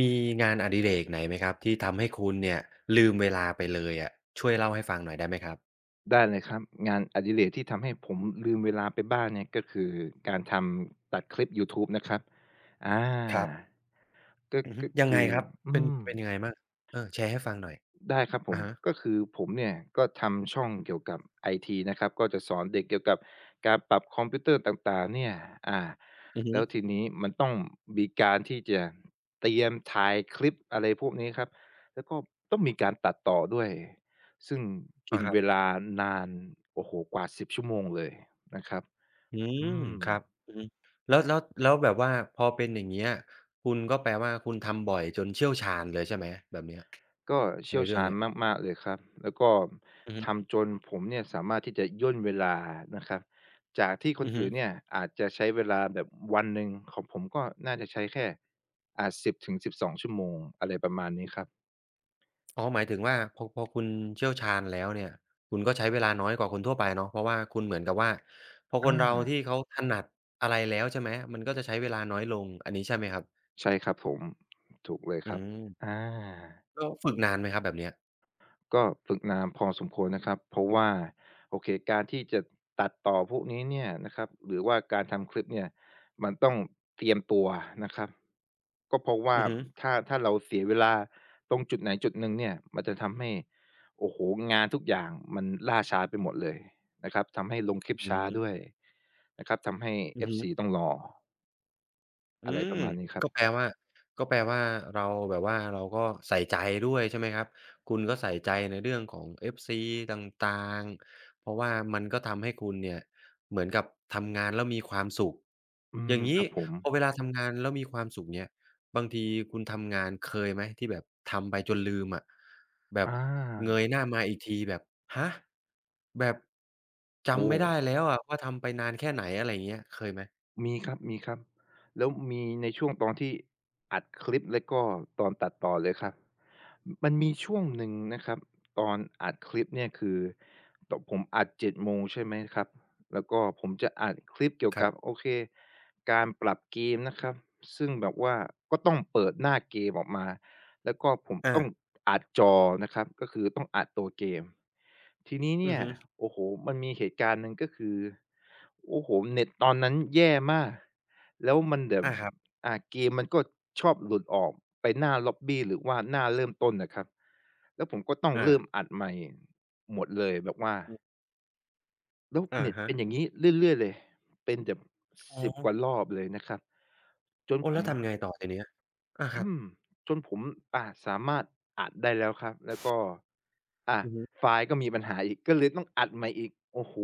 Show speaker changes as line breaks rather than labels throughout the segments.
มีงานอดิเรกไหนไหมครับที่ทำให้คุณเนี่ยลืมเวลาไปเลยอะช่วยเล่าให้ฟังหน่อยได้ไหมครับ
ได้เลยครับงานอดิเรกที่ทำให้ผมลืมเวลาไปบ้างเนี่ยก็คือการทำตัดคลิปยูทูบนะครับอ
ครับ
าก็
อือฮึ
ก็
ยังไง
คือ
ครับ
อื
เป็น
ม
เป็นยังไงมั่งเออแชร์ให้ฟังหน่อย
ได้ครับผ
อะ
ม
ฮะ
ก็คือผมเนี่ยก็ทำช่องเกี่ยวกับไอทีนะครับก็จะสอนเด็กเกี่ยวกับการปรับคอมพิวเตอร์ต่างๆเนี่ยอ่า
อือ
แล้ว
ฮึ
ทีนี้มันต้องมีการที่จะเตรียมถ่ายคลิปอะไรพวกนี้ครับแล้วก็ต้องมีการตัดต่อด้วยซึ่งกิ
อา
น
ครั
เว
บ
ลานานโอ้โฮกว่า10ชั่วโมงเลยนะครับ
อืม
อืม
ครับอือฮึแล้วแบบว่าพอเป็นอย่างเงี้ยคุณก็แปลว่าคุณทำบ่อยจนเชี่ยวชาญเลยใช่ไหมแบบเนี้ย
ก็
ใน
เชี่ยว
เรื่อง
ชาญ
เนี้ย
มากๆเลยครับ แล้วก็
อือฮึ
ทำจนผมเนี่ยสามารถที่จะย่นเวลานะครับ จากที่คน
อือฮึ
อื่นเนี่ยอาจจะใช้เวลาแบบวันหนึ่งของผมก็น่าจะใช้แค่10-12ชั่วโมงอะไรประมาณนี้ครับ
อ๋อหมายถึงว่าพอคุณเชี่ยวชาญแล้วเนี่ยคุณก็ใช้เวลาน้อยกว่าคนทั่วไปเนาะเพราะว่าคุณเหมือนกับว่าพอค
อา
นเราที่เขาถนัดอะไรแล้วใช่ไหมมันก็จะใช้เวลาน้อยลงอันนี้ใช่ไหมครับ
ใช่ครับผม ถูกเลย
อื
ครับ
ม
อา
แล้วฝึกนานไหมครับแบบเนี้ย
ก็ฝึกนานพอสมควรนะครับเพราะว่าโอเคการที่จะตัดต่อพวกนี้เนี่ยนะครับหรือว่าการทำคลิปเนี่ยมันต้องเตรียมตัวนะครับก็เพราะว่า
อือฮึ
ถ้าเราเสียเวลาตรงจุดไหนจุดหนึ่งเนี่ยมันจะทำให้โอ้โฮงานทุกอย่างมันล่าช้าไปหมดเลยนะครับทำให้ลงคลิป
อื
ช้าด้ว
ม
ยนะครับทำให้
อือฮึ
FC ต้องรอ
อื
อะไรป
ม
ระมาณนี้ครับ
ก็แปลว่าก็แปลว่าเราแบบว่าเราก็ใส่ใจด้วยใช่ไหมครับคุณก็ใส่ใจในเรื่องของ FC ต่างๆเพราะว่ามันก็ทำให้คุณเนี่ยเหมือนกับทำงานแล้วมีความสุข
อื
อ
ม
ย่าง
ค
งี้
รับผม
พอเวลาทำงานแล้วมีความสุขเนี่ยบางทีคุณทำงานเคยไหมที่แบบทำไปจนลืมอะแบบ
อ
เง
า
ยหน้ามาอีกทีแบบฮะแบบ
โอ้
จำไม่ได้แล้วอะว่าทำไปนานแค่ไหนอะไรอย่างเงี้ยเคยไหม
มีครับมีครับ แล้วมีในช่วงตอนที่อัดคลิปแล้วก็ตอนตัดต่อเลยครับ มันมีช่วงหนึ่งนะครับตอนอัดคลิปเนี่ยคือตผมอัด7โมงใช่ไหมครับ แล้วก็ผมจะอัดคลิปเกี่ยว
ครั
กับ
บ
โอเค การปรับเกมนะครับซึ่งแบบว่าก็ต้องเปิดหน้าเกมออกมาแล้วก็ผม
อา
ต้องอัดจอนะครับก็คือต้องอัดตัวเกมทีนี้
อื
เนี่
อ
ย
ฮึ
โอ้โฮมันมีเหตุการณ์หนึ่งก็คือโอ้โฮเน็ตตอนนั้นแย่มากแล้วมันแบบ
อาครับ
เกมมันก็ชอบหลุดออกไปหน้าล็อบบีหรือว่าหน้าเริ่มต้นน่ะครับแล้วผมก็ต้อง
อา
เริ่มอัดใหม่หมดเลยแบบว่า
อืม
แล้ว
อะ
เน็ต
ฮะ
เป็นอย่างงี้เรื่อยๆเลยเป็นแบบ
อ๋อ
10กว่ารอบเลยนะครับจน
โอ้
ผ
แล้
ม
วทำไงต่อทีเนี้ยอาครั
อื
บ
มจนผมสามารถอัดได้แล้วครับแล้วก็อ่า
อือฮึ
ไฟล์ก็มีปัญหาอีกก็เลยต้องอัดใหม่อีกโอ้โฮ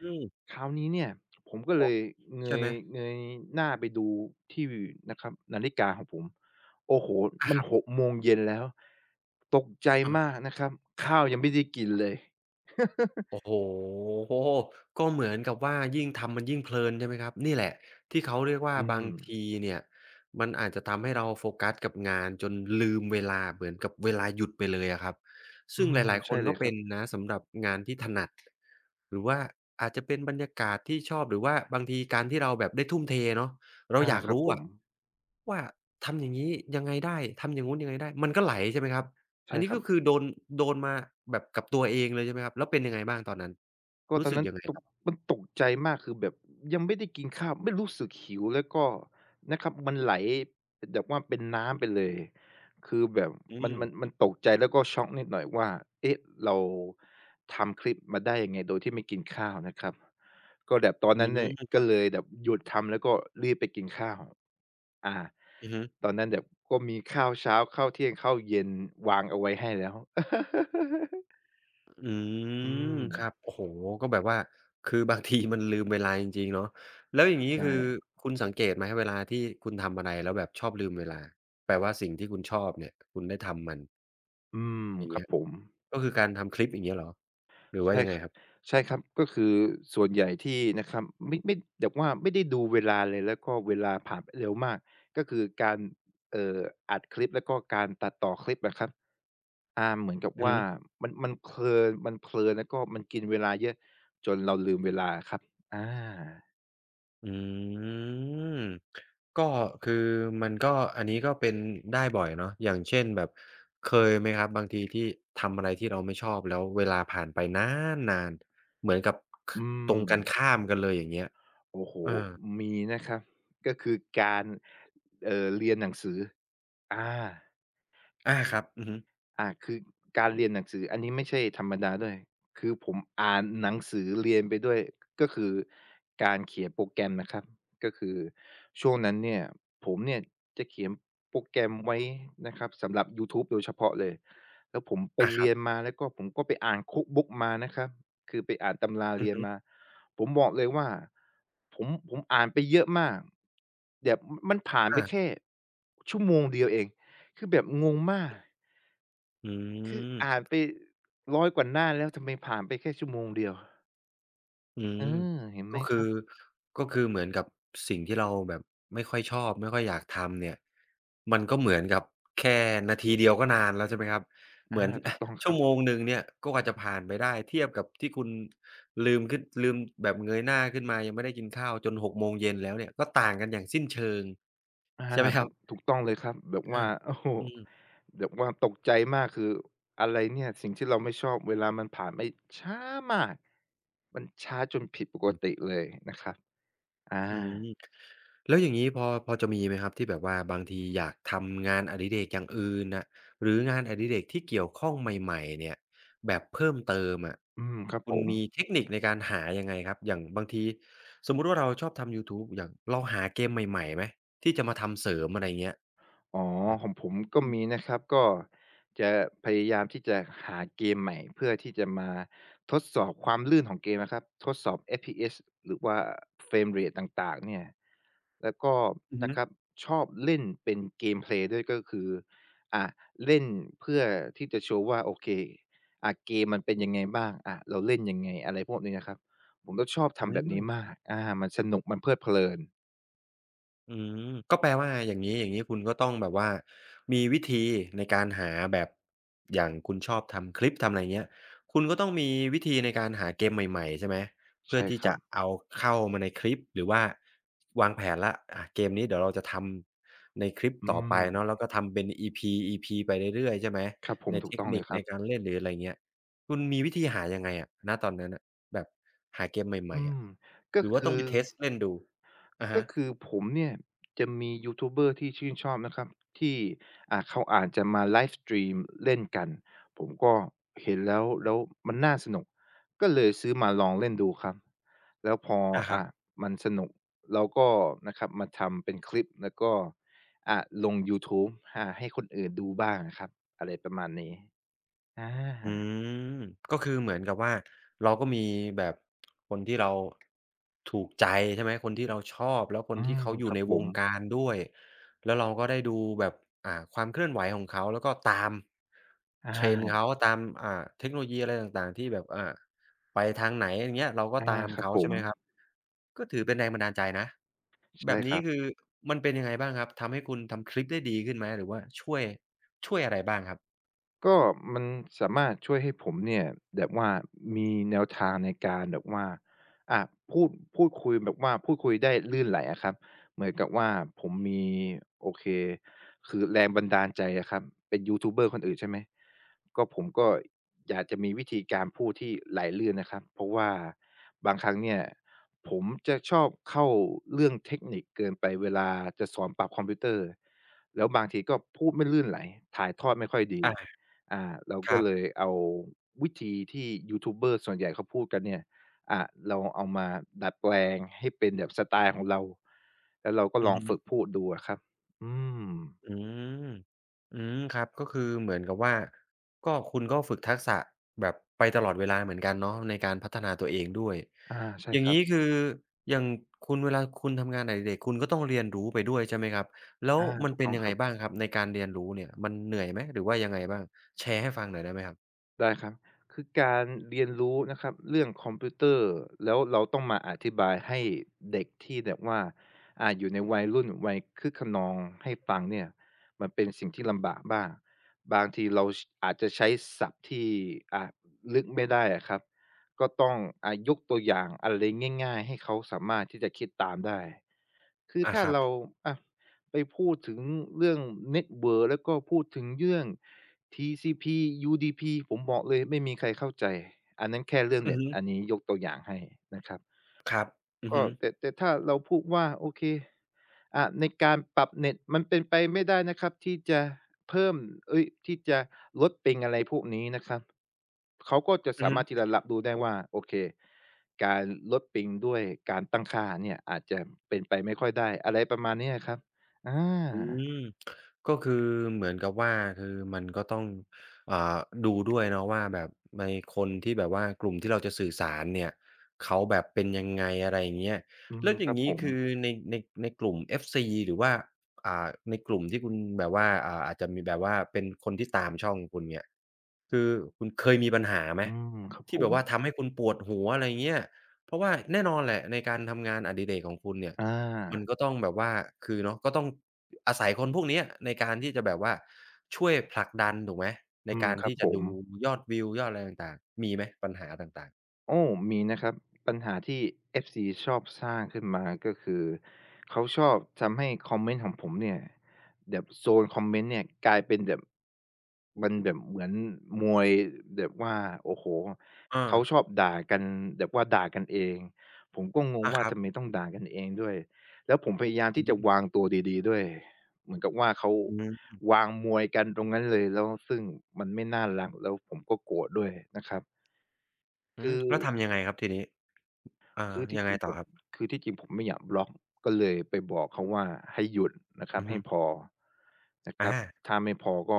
อืม
คราวนี้เนี่ยผมก็
อ๋
เล
อ
ยเง
ใช่ไหม
ยเงยหน้าไปดูที่นะครับนาฬิกาของผมโอ้โฮ
อา
มั
ค
น
รับ
6โมงเย็นแล้วตกใจ
อา
มากนะครับข้าวยังไม่ได้กินเลย
โอ้โฮก็เหมือนกับว่ายิ่งทำมันยิ่งเพลินใช่ไหมครับนี่แหละที่เขาเรียกว่า
อื
บา
ม
งทีเนี่ยมันอาจจะทำให้เราโฟกัสกับงานจนลืมเวลาเหมือนกับเวลาหยุดไปเลยอะครับ
อื
ซึ่งห
ม
ลาย ๆ ค
ใช่
น
เล
ก็
ยค
เป็
รับ
นนะสำหรับงานที่ถนัดหรือว่าอาจจะเป็นบรรยากาศที่ชอบหรือว่าบางทีการที่เราแบบได้ทุ่มเทเนาะเรา
อา
อยาก
ครับ
รู้
ผม
อะว่าทำอย่างงี้ยังไงได้ทำอย่างงู้นยังไงได้มันก็ไหลใช่ไหมครับ อั
ใช่
นนี้
ครั
ก็
บ
คือโดนมาแบบกับตัวเองเลยใช่ไหมครับแล้วเป็นยังไงบ้างตอนนั้น
ก็ต
รู้
อน
สึก
นั้น
ยังไง
ต
ค
ก
รับ
มันตกใจมากคือแบบยังไม่ได้กินข้าวไม่รู้สึกหิวแล้วก็นะครับมันไหลแบบว่าเป็นน้ำไปเลยคือแบบ
อื
มัน
ม
มันมันตกใจแล้วก็ช็อกนิดหน่อยว่าเอ๊ะเราทำคลิปมาได้ยังไงโดยที่ไม่กินข้าวนะครับก็แบบตอน
อื
นั้นเนี่
ม
ย
ค
ก็
รับ
เลยแบบหยุดทำแล้วก็รีบไปกินข้าวอา
อือฮึ
ตอนนั้นแบบก็มีข้าวเช้าข้าวเที่ยงข้าวเย็นวางเอาไว้ให้แล้ว
อื
อื
ม
ม
ครับโอ้โฮก็แบบว่าคือบางทีมันลืมเวลาจริงๆเนาะแล้วอย่างงี้
ใช่
คือคุณสังเกตไหมเวลาที่คุณทำอะไรแล้วแบบชอบลืมเวลาแปลว่าสิ่งที่คุณชอบเนี่ยคุณได้ทำมัน
อืม
อย่าง
ครั
เงี้
บ
ย
ผม
ก็คือการทำคลิปอย่างเงี้ยเหรอหรือว่า
ใช่
ยัง
ค
ไงครับ
ใช่ครับก็คือส่วนใหญ่ที่นะครับไม่แบบว่าไม่ได้ดูเวลาเลยแล้วก็เวลาผ่านไปเร็วมาก ก็คือการเอ่ออัดคลิป แล้วก็การตัดต่อคลิปอะครับอาเหมือนกับ
อือฮึ
ว่ามันเพลินมันเพลินแล้วก็มันกินเวลาเยอะจนเราลืมเวลาอะครับอา
อืมก็คือมันก็อันนี้ก็เป็นได้บ่อยเนาะอย่างเช่นแบบเคยไหมครับบางทีที่ทำอะไรที่เราไม่ชอบแล้วเวลาผ่านไปนานๆเหมือนกับค
อื
ต
ม
รงกันข้ามกันเลยอย่างเงี้ย
โอ้โฮ
เออ
มีนะครับก็คือการเรียนหนังสืออา
อาครับอือฮึ
อาคือการเรียนหนังสืออันนี้ไม่ใช่ธรรมดาด้วยคือผมอ่านหนังสือเรียนไปด้วยก็คือการเขียนโปรแกรมนะครับก็คือช่วงนั้นเนี่ยผมเนี่ยจะเขียนโปรแกรมไว้นะครับสำหรับยูทูบโดยเฉพาะเลยแล้วผมไป
อาครั
เรียน
บ
มาแล้วก็ผมก็ไปอ่าน Cookbook มานะครับคือไปอ่านตำรา
อือ
เรียนมา
ฮึ
ผมบอกเลยว่าผมอ่านไปเยอะมากแบบมมันผ่านไป
อา
แค่ชั่วโมงเดียวเองคือแบบงงมาก
อื
คือ
ม
อ่านไป100กว่าหน้าแล้วทำไมผ่านไปแค่ชั่วโมงเดียว
อื
เออ
ม
เห็นไหม
ก็
ค
คือ
รับ
ก็คือเหมือนกับสิ่งที่เราแบบไม่ค่อยชอบไม่ค่อยอยากทำเนี่ยมันก็เหมือนกับแค่นาทีเดียวก็นานแล้วใช่ไหมครับเห
อา
มือน
ถู
อะ
กต้องค
ชั่
รั
ว
บ
โมงหนึ่งเนี่ยก็กว่าจะผ่านไปได้เทียบกับที่คุณลืมขึ้นลืมแบบเงยหน้าขึ้นมายังไม่ได้กินข้าวจนหกโมงเย็นแล้วเนี่ยก็ต่างกันอย่างสิ้นเชิง
อา
ใช่ไหมค
ถู
รับ
กถูกต้องเลยครับแบบ
อา
ว่า โอ้โฮ
อืมอือ
แบบว่าตกใจมากคืออะไรเนี่ยสิ่งที่เราไม่ชอบเวลามันผ่านไปช้ามากมันช้าจนผิดปกติเลยนะครับอา
อืมแล้วอย่างงี้พอจะมีไหมครับที่แบบว่าบางทีอยากทำงานอดิเรกอย่างอื่นน่ะหรืองานอดิเรกที่เกี่ยวข้องใหม่ๆเนี่ยแบบเพิ่มเติมอะ
อืมครับ
คุ
ผ
ณ
ม
มีเทคนิคในการหายังไงครับอย่างบางทีสมมุติว่าเราชอบทำยูทูบอย่างเราหาเกมใหม่ๆไหมที่จะมาทำเสริมอะไรเงี้ย
อ๋อ
อะ
ของผมก็
อืม
มีนะครับก็จะพยายามที่จะหาเกมใหม่เพื่อที่จะมาทดสอบความลื่นของเกมนะครับทดสอบ FPS หรือว่า Frame Rate ต่างๆเนี่ยแล้วก็
อือฮึ
นะครับชอบเล่นเป็นเกมเพลย์ด้วยก็คืออ่าเล่นเพื่อที่จะโชว์ว่าโอเคเกมมันเป็นยังไงบ้างเราเล่นยังไงอะไรพวกนี้นะครับผมก็ชอบ
อื
ทำแบบนี้
ม
มากมันสนุกมันเพลิดเพลิน
อืมก็แปลว่าอย่างงี้อย่างนี้คุณก็ต้องแบบว่ามีวิธีในการหาแบบอย่างคุณชอบทำคลิปทำอะไรเงี้ยคุณก็ต้องมีวิธีในการหาเกมใหม่ๆใช่ไหมเพื่อ
ใช่
ที่
ครั
จะ
บ
เอาเข้ามาในคลิปหรือว่าวางแผนแล้วอะเกมนี้เดี๋ยวเราจะทำในคลิป
อื
ต่อไปเนาะแล้
ม
วก็ทำเป็น EP ไปเรื่อยๆใช่ไหม
ครับผม
ใน
ถูก
เทค
ต้องเล
นิค
ยค
ใน
รับ
การเล่นหรืออะไรเงี้ยคุณมีวิธีหายังไงอะณตอนนั้นน่ะแบบหาเกมให
อื
ม่ๆ
ม
อะ
ก็
หรือว่า
คือ
ต้องไปเทสต์เล่นดูอะ
ก็
ฮะ
คือผมเนี่ยจะมียูทูบเบอร์ที่ชื่นชอบนะครับที่เขาอาจจะมาไลฟ์สตรีมเล่นกันผมก็เห็นแล้วมันน่าสนุกก็เลยซื้อมาลองเล่นดูครับแล้วพอ
อะฮะ
อ่ามันสนุกเราก็นะครับมาทำเป็นคลิปแล้วก็อ่าลงยูทูบให้คนอื่นดูบ้างอะครับอะไรประมาณนี้อ
อื
า
มก็คือเหมือนกับว่าเราก็มีแบบคนที่เราถูกใจใช่ไหมคนที่เราชอบแล้วคน
อื
ที่
ม
เขาอ
ค
ยู่
รับ
ใน
ผ
ว
ม
งการด้วยแล้วเราก็ได้ดูแบบความเคลื่อนไหวของเขาแล้วก็ตาม
อ
trend
า
เขาตามเทคโนโลยีอะไรต่างๆที่แบบไปทางไหนอย่างเงี้ยเราก็
อา
ตาม
ครับ
เขา
ผ
ใช่
ม
ไหมครับก็ถือเป็นแรงบันดาลใจนะแบ
ใช่
บ
ค
นี้
รับ
คือมันเป็นยังไงบ้างครับทำให้คุณทำคลิปได้ดีขึ้นไหมหรือว่าช่วยอะไรบ้างครับ
ก็มันสามารถช่วยให้ผมเนี่ยแบบว่ามีแนวทางในการแบบว่าอ่ะพูดพูดคุยแบบว่าพูดคุยได้ลื่นไหลอะครับเหมือนกับว่าผมมีโอเคคือแรงบันดาลใจอะครับเป็นยูทูบเบอร์คนอื่นใช่ไหมก็ผมก็อยากจะมีวิธีการพูดที่ไหลลื่นนะครับเพราะว่าบางครั้งเนี่ยผมจะชอบเข้าเรื่องเทคนิคเกินไปเวลาจะสอนปรับคอมพิวเตอร์แล้วบางทีก็พูดไม่ลื่นไหลถ่ายทอดไม่ค่อยดี
อา
อาเรา
ค
ก็
รับ
เลยเอาวิธีที่ยูทูบเบอร์ส่วนใหญ่เขาพูดกันเนี่ยอ่าเราเอามาดัดแปลงให้เป็นแบบสไตล์ของเราแล้วเราก็
อื
ล
อ
อง
ฮึ
ฝึกพูดดูอะครับอืม
อืมอืมครับก็คือเหมือนกับว่าก็คุณก็ฝึกทักษะแบบไปตลอดเวลาเหมือนกันเนาะในการพัฒนาตัวเองด้วย
อาใช่
อย่า
ค
ง
รับ
งี้คืออย่างคุณเวลาคุณทำงานอดิเรกคุณก็ต้องเรียนรู้ไปด้วยใช่ไหมครับแล้ว
อา
มัน
ถูก
เป็น
ต้อง
ยัง
ค
ไง
รับ
บ้างครับในการเรียนรู้เนี่ยมันเหนื่อยไหมหรือว่ายังไงบ้างแชร์ให้ฟังหน่อยได้ไหมครับ
ได้ครับคือการเรียนรู้นะครับเรื่องคอมพิวเตอร์แล้วเราต้องมาอธิบายให้เด็กที่แบบว่าอยู่ในวัยรุ่นวัยคึกคะนองให้ฟังเนี่ยมันเป็นสิ่งที่ลำบากบ้างบางทีเราชอาจจะใช้ศัพท์ที่อ่าลึกไม่ได้อะครับก็ต้องยกตัวอย่างอะไรง่ายๆให้เขาสามารถที่จะคิดตามได้คือ
อา
ถ้า
ครั
เรา
บ
อะ ไปพูดถึงเรื่องเน็ตเวิร์กแล้วก็พูดถึงเรื่อง TCP/UDP ผมบอกเลยไม่มีใครเข้าใจอันนั้นแค่เรื่อง
อือ
เน็ต
ฮึ
อันนี้ยกตัวอย่างให้นะครับ
ครับอือ
ก็
ฮึ
แต่ถ้าเราพูดว่าโอเคในการปรับเน็ตมันเป็นไปไม่ได้นะครับที่จะเพิ่มเอ๊ยที่จะลดปิงอะไรพวกนี้นะครับเขาก็จะ
อื
สา
อฮึ
มารถที่จะรับรู้ได้ว่าโอเคการลดปิงด้วยการตั้งค่าเนี่ยอาจจะเป็นไปไม่ค่อยได้อะไรประมาณเนี้ยครับอา
อืมก็คือเหมือนกับว่าคือมันก็ต้องอ่าดูด้วยเนาะว่าแบบในคนที่แบบว่ากลุ่มที่เราจะสื่อสารเนี่ยเขาแบบเป็นยังไงอะไรอย่างเงี้ย
อื
แล้
ม
วอ
ค
ย่า
รั
ง
บผ
งี้
ม
คือในกลุ่ม FC หรือว่าในกลุ่มที่คุณแบบว่าอาจจะมีแบบว่าเป็นคนที่ตามช่องคุณเนี่ยคือคุณเคยมีปัญหาไหม
อืมครับผ
ที่แบ
ม
บว่าทำให้คุณปวดหัวอะไรอย่างเงี้ยเพราะว่าแน่นอนแหละในการทำงานอดิเรกของคุณเนี่ย
อ
มัน
า
ก็ต้องแบบว่า คือเนาะก็ต้องอาศัยคนพวกเนี้ยในการที่จะแบบว่าช่วยผลักดันถูกไหมใน
อืม
การ
ครับ
ที่
ผ
จะ
ม
ดูยอดวิวยอดอะไรต่างๆมีไหมปัญหาต่างๆ
โอ้มีนะครับปัญหาที่ FC ชอบสร้างขึ้นมาก็คือเขาชอบทำให้คอมเมนต์ของผมเนี่ยแบบโซนคอมเมนต์เนี่ยกลายเป็นแบบมันแบบเหมือนมวยแบบว่าโอ้โฮ
เอา
เขาชอบด่ากันแบบว่าด่ากันเองผมก็งง
อาค
ว่า
รับ
ทำไมต้องด่ากันเองด้วยแล้วผมพยายาม
อื
ที่จะ
ม
วางตัวดีๆด้วยเหมือนกับว่าเขา
อืม
วางมวยกันตรงนั้นเลยแล้วซึ่งมันไม่น่ารักแล้วผมก็โกรธด้วยนะครับ
อื
คื
ม
อ
แล้วทำยังไงครับทีนี้เอา
คือที่
ยัง
จ
ไง
ริง
ต่
ผ
อ
ม
ครับ
คือที่จริงผมไม่อยากบล็อกก็เลยไปบอกเขาว่าให้หยุดนะครับ
อือ
ให้
ฮึ
พอนะค
อา
รับถ้าไม่พอก็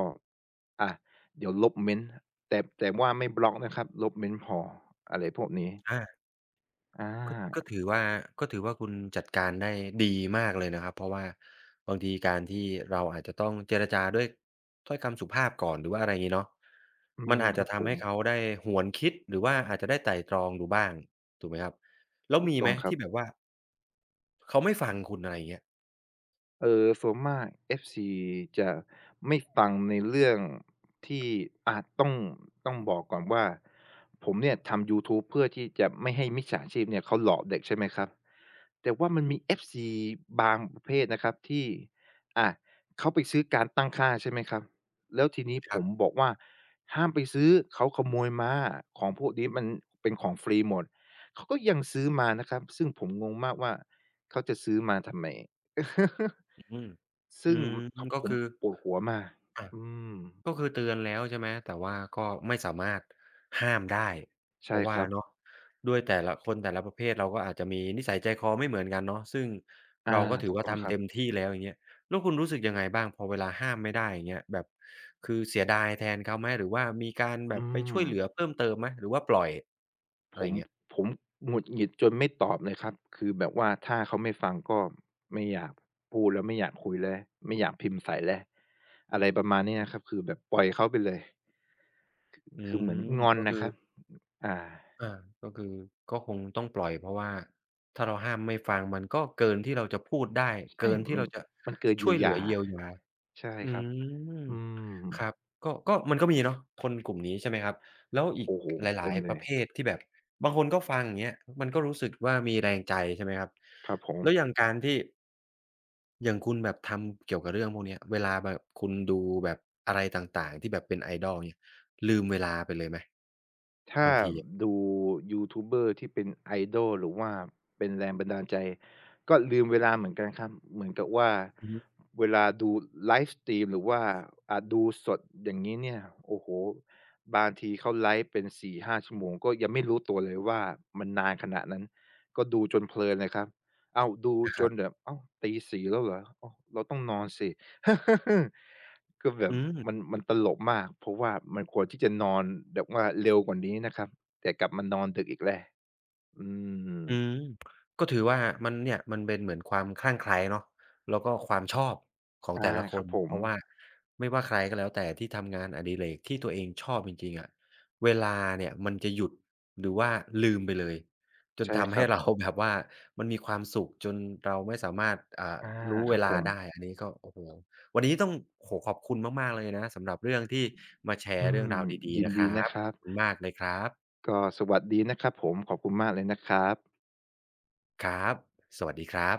อาเดี๋ยวลบเมนต์แต่ว่าไม่บล็อกนะครับลบเมนต์พออะไรพวกนี้
อา
อ
ก็
า
ถือว่าก็ถือว่าคุณจัดการได้ดีมากเลยนะครับเพราะว่าบางทีการที่เราอาจจะต้องเจรจาด้วยถ้อยคำสุภาพก่อนหรือว่าอะไรงี้เนาะ
อื
มั
ม
นอาจ
ค
จะ
รับผ
ทำ
ม
ให้เขาได้หวนคิดหรือว่าอาจจะได้ไตร่ตรองดูบ้างถูกไหมครับแล้ว
ถูก
มี
ต้
ไห
อ
ม
งครับ
ที่แบบว่าเขาไม่ฟังคุณอะไรอย่างเงี้ย
เออส่วนมาก FC จะไม่ฟังในเรื่องที่อาต้องบอกก่อนว่าผมเนี่ยทำยูทูบเพื่อที่จะไม่ให้มิจฉาชีพเนี่ยเขาหลอกเด็กใช่ไหมครับแต่ว่ามันมี FC บางประเภทนะครับที่อาเขาไปซื้อการตั้งค่าใช่ไหมครับแล้วทีนี้
ค
ผ
รั
ม
บ
บอกว่าห้ามไปซื้อเขาขโมยมาของพวกนี้มันเป็นของฟรีหมดเขาก็ยังซื้อมานะครับซึ่งผมงงมากว่าเขาจะซื้อมาทำไม
อืมอื
ซึ่ง
ม
ครับ
ก็
ผม
คือ
ปวดหัวมาก
อา
อืม
ก็คือเตือนแล้วใช่ไหมแต่ว่าก็ไม่สามารถห้ามได้เพ
ใช่
ราะ
ค
ว่า
รับ
เนาะด้วยแต่ละคนแต่ละประเภทเราก็อาจจะมีนิสัยใจคอไม่เหมือนกันเนาะซึ่ง
อา
เราก็ถือ
ถูก
ว่า
ต้องค
ทำ
รั
เต็ม
บ
ที่แล้วอย่างเงี้ยแล้วคุณรู้สึกยังไงบ้างพอเวลาห้ามไม่ได้อย่างเงี้ยแบบคือเสียดายแทนเขาไหมหรือว่ามีการแบ
อื
บไปช่ว
ม
ยเหลือเพิ่มเติมไหมหรือว่าปล่อยอะ
ผ
ไร
ม
เงี้ย
ผมหงุดหงิดจนไม่ตอบเลยครับคือแบบว่าถ้าเขาไม่ฟังก็ไม่อยากพูดแล้วไม่อยากคุยแล้วไม่อยากพิมพ์ใส่แล้วอะไรประมาณนี้นะครับคือแบบปล่อยเขาไปเลย
อื
คือเห
ม
มือนงอน
ก็
น่ะ
คือ
ครับอ่า
อาก็คือก็คงต้องปล่อยเพราะว่าถ้าเราห้ามไม่ฟังมันก็เกินที่เราจะพูดได้
ใช่
เกินที่
มัน
เราจะ
มันเกินเยี
ช่
ย
ว
ว
ยเหลื
ยา
อเยียวยา
ใช่
อื
ครับ
ม
อืม
ครับก็มันก็มีเนาะคนกลุ่มนี้ใช่ไหมครับแล้วอีก
โอ้โฮ
หลา
เต็
ย
ม
ๆ
เล
ป
ย
ระเภทที่แบบบางคนก็ฟังอย่างเงี้ยมันก็รู้สึกว่ามีแรงใจใช่ไหมครับ
ครับผม
แล้วอย่างการที่อย่างคุณแบบทำเกี่ยวกับเรื่องพวกเนี้ยเวลาแบบคุณดูแบบอะไรต่างๆที่แบบเป็น idol เนี่ยลืมเวลาไปเลยไหม
ถ้า
บางทีอะ
ดูยูทูบเบอร์ที่เป็น idol หรือว่าเป็นแรงบันดาลใจก็ลืมเวลาเหมือนกันครับเหมือนกับว่า
อือฮึ
เวลาดูไลฟ์สตรีมหรือว่าดูสดอย่างงี้เนี่ยโอ้โฮบางทีเขาไลฟ์เป็น4-5ชั่วโมงก็ยังไม่รู้ตัวเลยว่ามันนานขนาดนั้นก็ดูจนเพลินเลยครับอ้าวดู
นะค
จ
รั
นแบ
บ
บอ้าวตีส่แล้วเหรออ้าวเราต้องนอนสิ ก็แบบ
อืม
มันตลกมากเพราะว่ามันควรที่จะนอนแบบว่าเร็วกว่านี้นะครับแต่กลับมานอนดึกอีกแหล้วอืม
อืมก็ถือว่ามันเนี่ยมันเป็นเหมือนความคลั่งไคล้เนาะแล้วก็ความชอบของ
อา
แต่ละค
ครับ
น
ผ
เพ
ม
ราะว่าไม่ว่าใครก็แล้วแต่ที่ทำงานอดิเรกที่ตัวเองชอบจริงๆอะเวลาเนี่ยมันจะหยุดหรือว่าลืมไปเลยจน
ใช่ค
ทำให้
รับ
เราแบบว่ามันมีความสุขจนเราไม่สามารถ
อา
รู้
ค
เว
รับผ
ลา
ม
ได้อันนี้ก็โอ้โฮวันนี้ต้องโอ้โฮขอบคุณมากๆเลยนะสำหรับเรื่องที่มาแช
อื
ร์เรื่
ม
องราวดี
ยิ
ๆ
น
นะค
ดี
รั
นะ
บ
ค
ข
รับ
อบคุณมากเลยครับ
ก็สวัสดีนะครับผมขอบคุณมากเลยนะครับ
ครับสวัสดีครับ